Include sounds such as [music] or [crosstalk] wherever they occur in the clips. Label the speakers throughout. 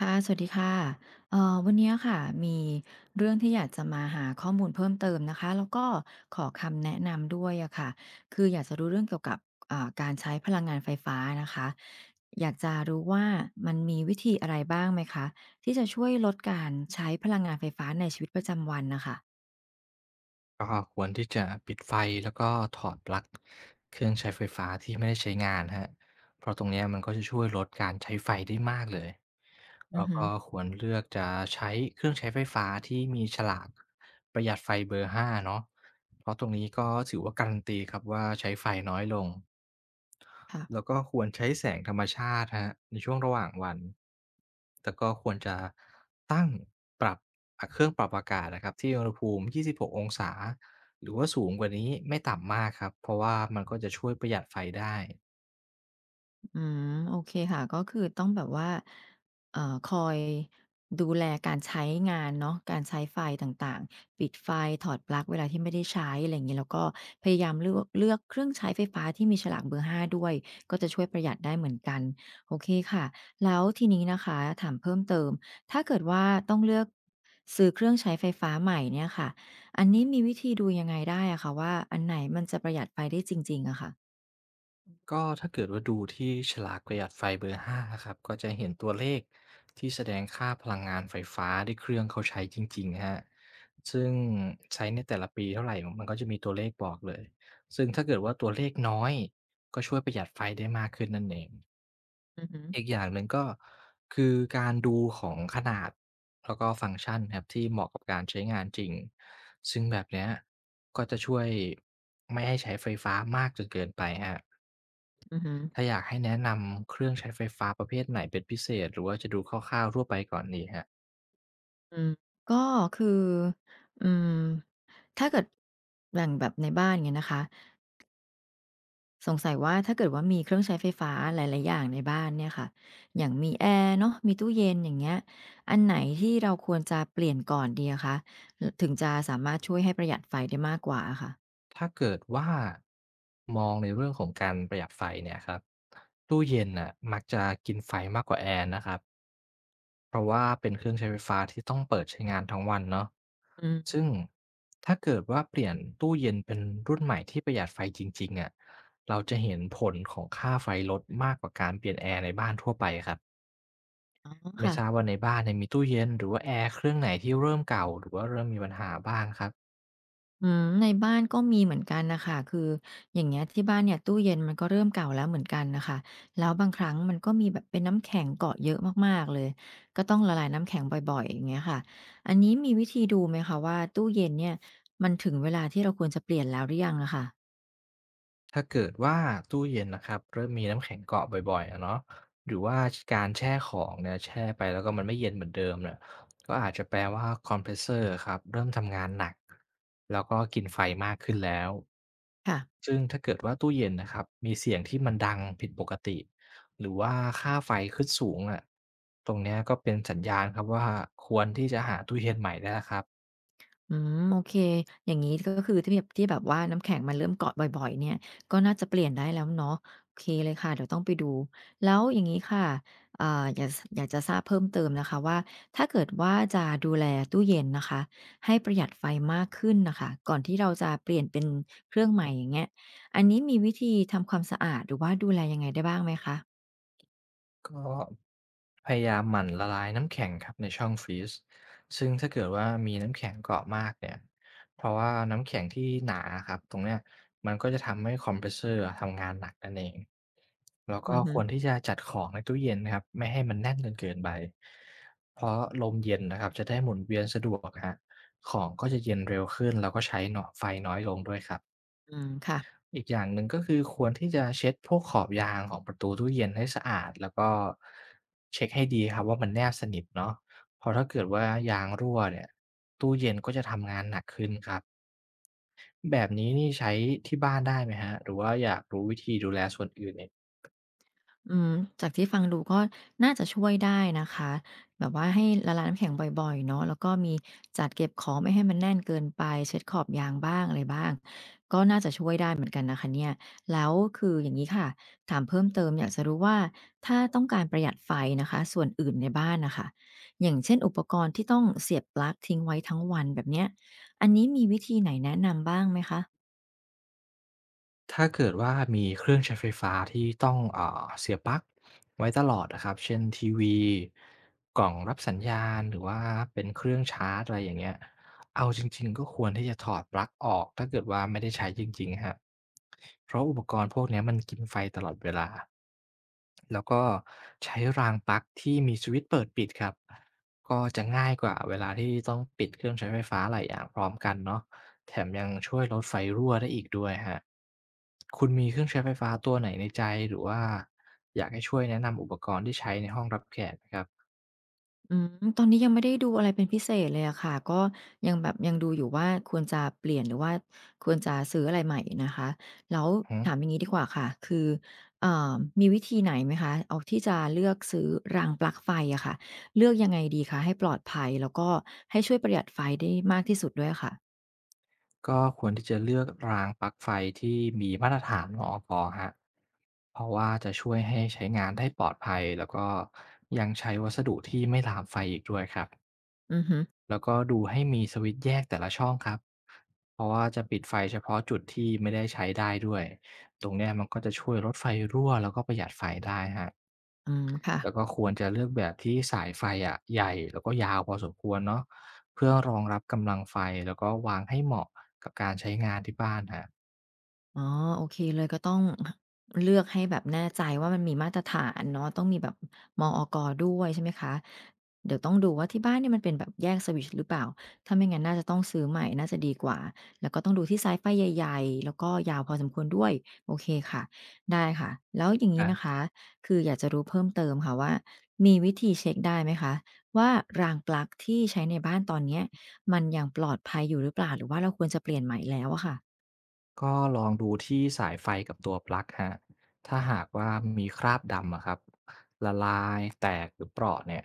Speaker 1: ค่ะสวัสดีค่ะวันเนี้ยค่ะมีเรื่องที่อยากจะมาหาข้อมูลเพิ่มเติมนะคะแล้วก็ขอคำแนะนำด้วยอะค่ะคืออยากจะรู้เรื่องเกี่ยวกับการใช้พลังงานไฟฟ้านะคะอยากจะรู้ว่ามันมีวิธีอะไรบ้างไหมคะที่จะช่วยลดการใช้พลังงานไฟฟ้าในชีวิตประจำวันน่ะค่ะ
Speaker 2: ก็ควรที่จะปิดไฟแล้วก็ถอดปลั๊กเครื่องใช้ไฟฟ้าที่ไม่ได้ใช้งานฮะเพราะตรงเนี้ยมันก็จะช่วยลดการใช้ไฟได้มากเลย
Speaker 1: อือ
Speaker 2: แล้ว
Speaker 1: ฮึ
Speaker 2: ก็ควรเลือกจะใช้เครื่องใช้ไฟฟ้าที่มีฉลากประหยัดไฟเบอร์ห้าเนาะเพราะตรงนี้ก็ถือว่าการันตีครับว่าใช้ไฟน้อยลง
Speaker 1: ค่ะ
Speaker 2: แล้วก็ควรใช้แสงธรรมชาติครับในช่วงระหว่างวันแล้วก็ควรจะตั้งปรับเครื่องปรับอากาศนะครับที่อุณหภูมิ 26 องศาหรือว่าสูงกว่านี้ไม่ต่ำมากครับเพราะว่ามันก็จะช่วยประหยัดไฟได้
Speaker 1: อืมโอเคค่ะก็คือต้องแบบว่าคอยดูแลการใช้งานเนาะการใช้ไฟต่างๆปิดไฟถอดปลั๊กเวลาที่ไม่ได้ใช้อะไรอย่างงี้แล้วก็พยายามเลือกเครื่องใช้ไฟฟ้าที่มีฉลากเบอร์5ด้วยก็จะช่วยประหยัดได้เหมือนกันโอเคค่ะแล้วทีนี้นะคะถามเพิ่มเติมถ้าเกิดว่าต้องเลือกซื้อเครื่องใช้ไฟฟ้าใหม่เนี่ยค่ะอันนี้มีวิธีดูยังไงได้อะคะว่าอันไหนมันจะประหยัดไฟได้จริงๆอะค่ะ
Speaker 2: ก็ถ้าเกิดว่าดูที่ฉลากประหยัดไฟเบอร์ห้ะครับก็จะเห็นตัวเลขที่แสดงค่าพลังงานไฟฟ้าที่เครื่องเขาใช้จริงๆฮะซึ่งใช้ในแต่ละปีเท่าไหร่มันก็จะมีตัวเลขบอกเลยซึ่งถ้าเกิดว่าตัวเลขน้อยก็ช่วยประหยัดไฟได้มากขึ้นนั่นเอง
Speaker 1: อือฮึ
Speaker 2: อีกอย่างหนึ่งก็คือการดูของขนาดแล้วก็ฟังก์ชันครับที่เหมาะกับการใช้งานจริงซึ่งแบบเนี้ยก็จะช่วยไม่ให้ใช้ไฟฟ้ามากจนเกินไปฮะ
Speaker 1: อือฮึ
Speaker 2: ถ้าอยากให้แนะนำเครื่องใช้ไฟฟ้าประเภทไหนเป็นพิเศษหรือว่าจะดูคร่าวๆทั่วไปก่อนดีครับ
Speaker 1: อืมก็คืออืมถ้าเกิดแบ่งแบบในบ้านเงี้ยนะคะสงสัยว่าถ้าเกิดว่ามีเครื่องใช้ไฟฟ้าหลาย ๆ อย่างในบ้านเนี่ยค่ะอย่างมีแอร์เนาะมีตู้เย็นอย่างเงี้ยอันไหนที่เราควรจะเปลี่ยนก่อนดีอะคะถึงจะสามารถช่วยให้ประหยัดไฟได้มากกว่าอะค่ะ
Speaker 2: ถ้าเกิดว่ามองในเรื่องของการประหยัดไฟเนี่ยครับตู้เย็นน่ะมักจะกินไฟมากกว่าแอร์นะครับเพราะว่าเป็นเครื่องใช้ไฟฟ้าที่ต้องเปิดใช้งานทั้งวันเนาะ
Speaker 1: อืม
Speaker 2: ซึ่งถ้าเกิดว่าเปลี่ยนตู้เย็นเป็นรุ่นใหม่ที่ประหยัดไฟจริงๆอะเราจะเห็นผลของค่าไฟลดมากกว่าการเปลี่ยนแอร์ในบ้านทั่วไปครับ
Speaker 1: อ๋อ
Speaker 2: ไม่
Speaker 1: ค่ะ
Speaker 2: ทราบว่าในบ้านเนี่ยมีตู้เย็นหรือว่าแอร์เครื่องไหนที่เริ่มเก่าหรือว่าเริ่มมีปัญหาบ้างครับ
Speaker 1: อืมในบ้านก็มีเหมือนกันน่ะค่ะคืออย่างเงี้ยที่บ้านเนี่ยตู้เย็นมันก็เริ่มเก่าแล้วเหมือนกันน่ะค่ะแล้วบางครั้งมันก็มีแบบเป็นน้ำแข็งเกาะเยอะมากๆเลยก็ต้องละลายน้ำแข็งบ่อยๆอย่างเงี้ยค่ะอันนี้มีวิธีดูไหมคะว่าตู้เย็นเนี่ยมันถึงเวลาที่เราควรจะเปลี่ยนแล้วหรือยังอะค่ะ
Speaker 2: ถ้าเกิดว่าตู้เย็นนะครับเริ่มมีน้ำแข็งเกาะบ่อยๆอะเนาะหรือว่าการแช่ของเนี่ยแช่ไปแล้วก็มันไม่เย็นเหมือนเดิมเนี่ยก็อาจจะแปลว่าคอมเพรสเซอร์ครับเริ่มทำงานหนักแล้วก็กินไฟมากขึ้นแล้ว
Speaker 1: ค่ะ
Speaker 2: ซึ่งถ้าเกิดว่าตู้เย็นนะครับมีเสียงที่มันดังผิดปกติหรือว่าค่าไฟขึ้นสูงอะตรงเนี้ยก็เป็นสัญญาณครับว่าควรที่จะหาตู้เย็นใหม่ได้แล้วครับ
Speaker 1: อืมโอเคอย่างงี้ก็คือที่แบบที่แบบว่าน้ำแข็งมันเริ่มเกาะบ่อยๆเนี่ยก็น่าจะเปลี่ยนได้แล้วเนาะโอเคเลยค่ะเดี๋ยวต้องไปดูแล้วอย่างงี้ค่ะอ่าอยากจะทราบเพิ่มเติมนะคะว่าถ้าเกิดว่าจะดูแลตู้เย็นนะคะให้ประหยัดไฟมากขึ้นน่ะค่ะก่อนที่เราจะเปลี่ยนเป็นเครื่องใหม่อย่างเงี้ยอันนี้มีวิธีทำความสะอาดหรือว่าดูแลยังไงได้บ้างไหมคะ
Speaker 2: ก็พยายามหมั่นละลายน้ำแข็งครับในช่องฟรีซซึ่งถ้าเกิดว่ามีน้ำแข็งเกาะมากเนี่ยเพราะว่าน้ำแข็งที่หนาครับตรงเนี้ยมันก็จะทำให้คอมเพรสเซอร์อะทำงานหนักนั่นเอง แล้ว
Speaker 1: อื
Speaker 2: ก็
Speaker 1: อฮึ
Speaker 2: ควรที่จะจัดของในตู้เย็นนะครับไม่ให้มันแน่นจนเกินไปเพราะลมเย็นนะครับจะได้หมุนเวียนสะดวกครับของก็จะเย็นเร็วขึ้นแล้วก็ใช้เนาะไฟน้อยลงด้วยครับ
Speaker 1: อืมค่ะ
Speaker 2: อีกอย่างหนึ่งก็คือควรที่จะเช็ดพวกขอบยางของประตูตู้เย็นให้สะอาดแล้วก็เช็คให้ดีครับว่ามันแนบสนิทเนาะเพราะถ้าเกิดว่ายางรั่วเนี่ยตู้เย็นก็จะทำงานหนักขึ้นครับแบบนี้นี่ใช้ที่บ้านได้ไหมฮะหรือว่าอยากรู้วิธีดูแลส่วนอื่นเนี่ย
Speaker 1: อืมจากที่ฟังดูก็น่าจะช่วยได้นะคะแบบว่าให้ละลายน้ำแข็งบ่อยๆเนาะแล้วก็มีจัดเก็บของไม่ให้มันแน่นเกินไปเช็ดขอบยางบ้างอะไรบ้างก็น่าจะช่วยได้เหมือนกันนะคะเนี่ยแล้วคืออย่างงี้ค่ะถามเพิ่มเติมอยากจะรู้ว่าถ้าต้องการประหยัดไฟนะคะส่วนอื่นในบ้านน่ะค่ะอย่างเช่นอุปกรณ์ที่ต้องเสียบปลั๊กทิ้งไว้ทั้งวันแบบเนี้ยอันนี้มีวิธีไหนแนะนำบ้างไหมคะ
Speaker 2: ถ้าเกิดว่ามีเครื่องใช้ไฟฟ้าที่ต้องเสียปลั๊กไว้ตลอดนะครับ เช่นทีวีกล่องรับสัญญาณหรือว่าเป็นเครื่องชาร์จอะไรอย่างเงี้ย เอาจริงๆก็ควรที่จะถอดปลั๊กออกถ้าเกิดว่าไม่ได้ใช้จริงๆครับ เพราะอุปกรณ์พวกเนี้ยมันกินไฟตลอดเวลา แล้วก็ใช้รางปลั๊กที่มีสวิตช์เปิดปิดครับก็จะง่ายกว่าเวลาที่ต้องปิดเครื่องใช้ไฟฟ้าหลายอย่างพร้อมกันเนาะ แถมยังช่วยลดไฟรั่วได้อีกด้วยคะคุณมีเครื่องใช้ไฟฟ้าตัวไหนในใจหรือว่าอยากให้ช่วยแนะนำอุปกรณ์ที่ใช้ในห้องรับแขกไหมครับ
Speaker 1: อืมตอนนี้ยังไม่ได้ดูอะไรเป็นพิเศษเลยอะค่ะก็ยังแบบยังดูอยู่ว่าควรจะเปลี่ยนหรือว่าควรจะซื้ออะไรใหม่นะคะแล้ว
Speaker 2: อื
Speaker 1: ถาม
Speaker 2: ม
Speaker 1: อย่างงี้ดีกว่าค่ะคือเอ่อมีวิธีไหนไหมคะเอาที่จะเลือกซื้อรางปลั๊กไฟอะค่ะเลือกยังไงดีคะให้ปลอดภัยแล้วก็ให้ช่วยประหยัดไฟได้มากที่สุดด้วยอะค่ะ
Speaker 2: ก็ควรที่จะเลือกรางปลั๊กไฟที่มีมาตรฐานมอปครัเพราะว่าจะช่วยให้ใช้งานได้ปลอดภัยแล้วก็ยังใช้วัสดุที่ไม่ลามไฟอีกด้วยครับ
Speaker 1: อือฮึ
Speaker 2: แล้วก็ดูให้มีสวิตช์แยกแต่ละช่องครับ เพราะว่าจะปิดไฟเฉพาะจุดที่ไม่ได้ใช้ได้ด้วย ตรงเนี้ยมันก็จะช่วยลดไฟรั่วแล้วก็ประหยัดไฟได้ครับ
Speaker 1: อืมค่ะ
Speaker 2: แล้วก็ควรจะเลือกแบบที่สายไฟอะใหญ่แล้วก็ยาวพอสมควรเนาะเพื่อรองรับกำลังไฟแล้วก็วางให้เหมาะกับการใช้งานที่บ้านครับ
Speaker 1: อ๋อโอเคเลยก็ต้องเลือกให้แบบแน่ใจว่ามันมีมาตรฐานเนาะต้องมีแบบมออกด้วยใช่ไหมคะเดี๋ยวต้องดูว่าที่บ้านเนี่ยมันเป็นแบบแยกสวิตช์หรือเปล่าถ้าไม่งั้นน่าจะต้องซื้อใหม่น่าจะดีกว่าแล้วก็ต้องดูที่สายไฟใหญ่ๆแล้วก็ยาวพอสมควรด้วยโอเคค่ะได้ค่ะแล้วอย่างงี้
Speaker 2: อา
Speaker 1: นะคะคืออยากจะรู้เพิ่มเติมค่ะว่ามีวิธีเช็กได้ไหมคะว่ารางปลั๊กที่ใช้ในบ้านตอนเนี้ยมันยังปลอดภัยอยู่หรือเปล่าหรือว่าเราควรจะเปลี่ยนใหม่แล้วอะค่ะ
Speaker 2: ก็ลองดูที่สายไฟกับตัวปลั๊กฮะถ้าหากว่ามีคราบดำอะครับ ละลาย แตกหรือเปราะเนี่ย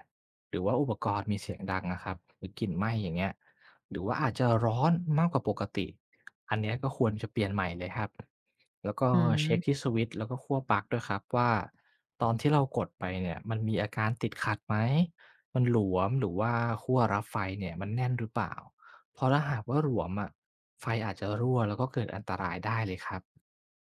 Speaker 2: หรือว่าอุปกรณ์มีเสียงดังนะครับหรือกลิ่นไหม้อย่างเงี้ย หรือว่าอาจจะร้อนมากกว่าปกติ อันเนี้ยก็ควรจะเปลี่ยนใหม่เลยครับแล้วก็
Speaker 1: อื
Speaker 2: เช็คที่
Speaker 1: ม
Speaker 2: สวิตช์แล้วก็ขั้วปลั๊กด้วยครับว่าตอนที่เรากดไปเนี่ยมันมีอาการติดขัดไหมมันหลวมหรือว่าขั้วรับไฟเนี่ยมันแน่นหรือเปล่า เพราะถ้าหากว่าหลวมอะไฟอาจจะรั่วแล้วก็เกิดอันตรายได้เลยครับ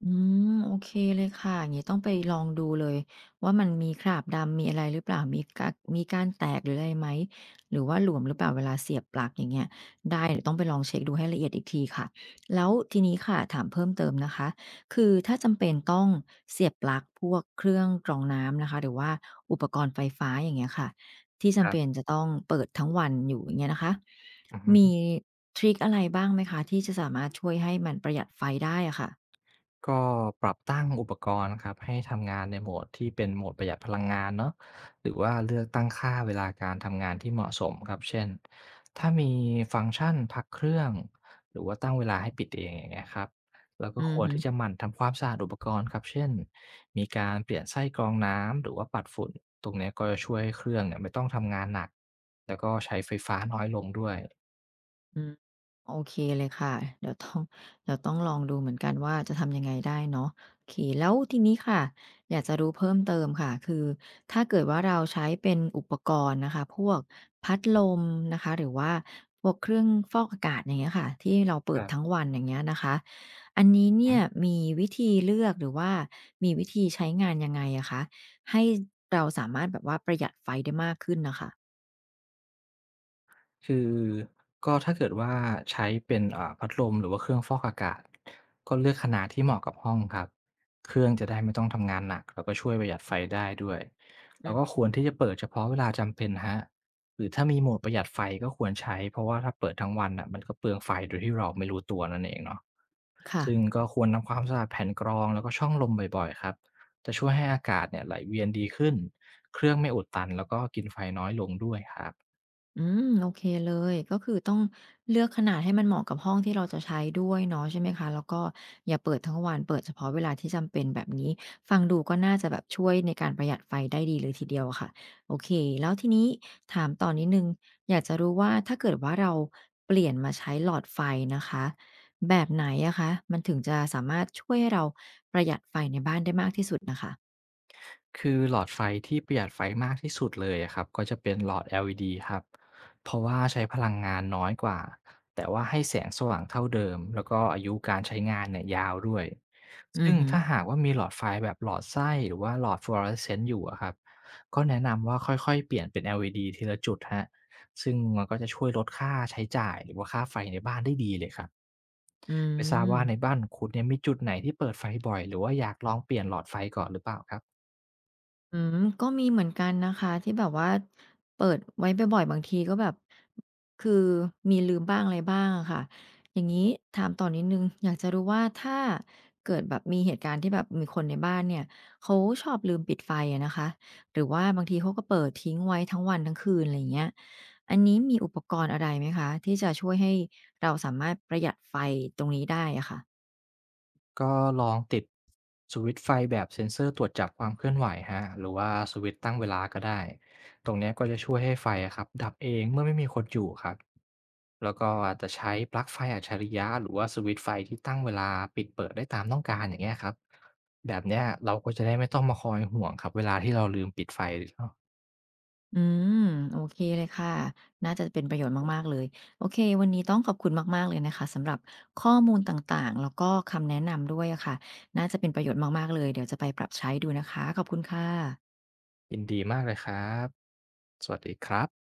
Speaker 1: อืมโอเคเลยค่ะอย่างนี้ต้องไปลองดูเลยว่ามันมีคราบดำมีอะไรหรือเปล่ามีกากมีการแตกหรืออะไรไหมหรือว่าหลวมหรือเปล่าเวลาเสียบปลั๊กอย่างเงี้ยได้เดี๋ยวต้องไปลองเช็กดูให้ละเอียดอีกทีค่ะแล้วทีนี้ค่ะถามเพิ่มเติมนะคะคือถ้าจำเป็นต้องเสียบปลั๊กพวกเครื่องกรองน้ำนะคะหรือว่าอุปกรณ์ไฟฟ้าอย่างเงี้ยค่ะที่
Speaker 2: ค
Speaker 1: จำ
Speaker 2: รั
Speaker 1: เป็น
Speaker 2: บ
Speaker 1: จะต้องเปิดทั้งวันอยู่อย่างเงี้ยนะคะ
Speaker 2: อือฮึ
Speaker 1: มีทริคอะไรบ้างไหมคะที่จะสามารถช่วยให้มันประหยัดไฟได้อะค่ะ
Speaker 2: ก็ปรับตั้งอุปกรณ์ครับให้ทำงานในโหมดที่เป็นโหมดประหยัดพลังงานเนาะหรือว่าเลือกตั้งค่าเวลาการทำงานที่เหมาะสมครับเช่นถ้ามีฟังก์ชันพักเครื่องหรือว่าตั้งเวลาให้ปิดเองอย่างเงี้ยครับแล้ว
Speaker 1: อื
Speaker 2: ก็ค
Speaker 1: อ
Speaker 2: วร
Speaker 1: ฮึ
Speaker 2: ที่จะหมั่นทำความสะอาดอุปกรณ์ครับเช่นมีการเปลี่ยนไส้กรองน้ำหรือว่าปัดฝุ่นตรงเนี้ยก็จะช่วยให้เครื่องเนี่ยไม่ต้องทำงานหนักแล้วก็ใช้ไฟฟ้าน้อยลงด้วย
Speaker 1: อืมโอเคเลยค่ะเดี๋ยวต้อง [laughs] เดี๋ยวต้องลองดูเหมือนกันว่าจะทำยังไงได้เนาะโอเคแล้วทีนี้ค่ะอยากจะรู้เพิ่มเติมค่ะคือถ้าเกิดว่าเราใช้เป็นอุปกรณ์นะคะพวกพัดลมนะคะหรือว่าพวกเครื่องฟอกอากาศอย่างเงี้ยค่ะที่เราเปิ
Speaker 2: ค
Speaker 1: ด
Speaker 2: รั
Speaker 1: ทั้ง
Speaker 2: บ
Speaker 1: วันอย่างเงี้ยนะคะอันนี้เนี่ยมีวิธีเลือกหรือว่ามีวิธีใช้งานยังไงอะคะให้เราสามารถแบบว่าประหยัดไฟได้มากขึ้นนะคะ
Speaker 2: คือก็ถ้าเกิดว่าใช้เป็นพัดลมหรือว่าเครื่องฟอกอากาศก็เลือกขนาดที่เหมาะกับห้องครับเครื่องจะได้ไม่ต้องทำงานหนักแล้วก็ช่วยประหยัดไฟได้ด้วย
Speaker 1: อื
Speaker 2: แล้วก็ค
Speaker 1: ม
Speaker 2: วรที่จะเปิดเฉพาะเวลาจำเป็นครับหรือถ้ามีโหมดประหยัดไฟก็ควรใช้เพราะว่าถ้าเปิดทั้งวันน่ะมันก็เปลืองไฟโดยที่เราไม่รู้ตัวนั่นเองเนาะ
Speaker 1: ค่ะ
Speaker 2: ซึ่งก็ควรทำความสะอาดแผ่นกรองแล้วก็ช่องลมบ่อยๆครับจะช่วยให้อากาศเนี่ยไหลเวียนดีขึ้นเครื่องไม่อุดตันแล้วก็กินไฟน้อยลงด้วยครับ
Speaker 1: อืมโอเคเลยก็คือต้องเลือกขนาดให้มันเหมาะกับห้องที่เราจะใช้ด้วยเนาะใช่ไหมคะแล้วก็อย่าเปิดทั้งวันเปิดเฉพาะเวลาที่จำเป็นแบบนี้ฟังดูก็น่าจะแบบช่วยในการประหยัดไฟได้ดีเลยทีเดียวอะค่ะโอเคแล้วทีนี้ถามต่อนิดหนึ่งอยากจะรู้ว่าถ้าเกิดว่าเราเปลี่ยนมาใช้หลอดไฟนะคะแบบไหนอะคะมันถึงจะสามารถช่วยให้เราประหยัดไฟในบ้านได้มากที่สุดน่ะค่ะ
Speaker 2: คือหลอดไฟที่ประหยัดไฟมากที่สุดเลยอะครับก็จะเป็นหลอด LED ครับเพราะว่าใช้พลังงานน้อยกว่าแต่ว่าให้แสงสว่างเท่าเดิมแล้วก็อายุการใช้งานเนี่ยยาวด้วย
Speaker 1: อื
Speaker 2: ซึ่
Speaker 1: อ
Speaker 2: ง
Speaker 1: ฮึ
Speaker 2: ถ้าหากว่ามีหลอดไฟแบบหลอดไส้หรือว่าหลอดฟลูออเรสเซนต์อยู่อะครับก็แนะนำว่าค่อยๆเปลี่ยนเป็น LED ทีละจุดฮะซึ่งมันก็จะช่วยลดค่าใช้จ่ายหรือว่าค่าไฟในบ้านได้ดีเลยครับ
Speaker 1: อื
Speaker 2: ไม่ทราบว่าใน
Speaker 1: ม
Speaker 2: บ้านของคุณเนี่ยมีจุดไหนที่เปิดไฟบ่อยหรือว่าอยากลองเปลี่ยนหลอดไฟก่อนหรือเปล่าครับ
Speaker 1: อืมก็มีเหมือนกันนะคะที่แบบว่าเปิดไว้บ่อยๆบางทีก็แบบคือมีลืมบ้างอะไรบ้างอะค่ะอย่างงี้ถามต่อนิดหนึ่งอยากจะรู้ว่าถ้าเกิดแบบมีเหตุการณ์ที่แบบมีคนในบ้านเนี่ยเขาชอบลืมปิดไฟอะนะคะหรือว่าบางทีเขาก็เปิดทิ้งไว้ทั้งวันทั้งคืนอะไรอย่างเงี้ยอันนี้มีอุปกรณ์อะไรไหมคะที่จะช่วยให้เราสามารถประหยัดไฟตรงนี้ได้อะค่ะ
Speaker 2: ก็ลองติดสวิตช์ไฟแบบเซ็นเซอร์ตรวจจับความเคลื่อนไหวฮะหรือว่าสวิตช์ตั้งเวลาก็ได้ตรงเนี้ยก็จะช่วยให้ไฟอะครับดับเองเมื่อไม่มีคนอยู่ครับแล้วก็อาจจะใช้ปลั๊กไฟอัจฉริยะหรือว่าสวิตช์ไฟที่ตั้งเวลาปิดเปิดได้ตามต้องการอย่างเงี้ยครับแบบเนี้ยเราก็จะได้ไม่ต้องมาคอยห่วงครับเวลาที่เราลืมปิดไฟเนาะ
Speaker 1: อืมโอเคเลยค่ะน่าจะเป็นประโยชน์มากๆเลยโอเควันนี้ต้องขอบคุณมากๆเลยนะคะสำหรับข้อมูลต่างๆแล้วก็คำแนะนำด้วยอะค่ะน่าจะเป็นประโยชน์มากๆเลยเดี๋ยวจะไปปรับใช้ดูนะคะขอบคุณค่ะ
Speaker 2: ยินดีมากเลยครับสวัสดีครับ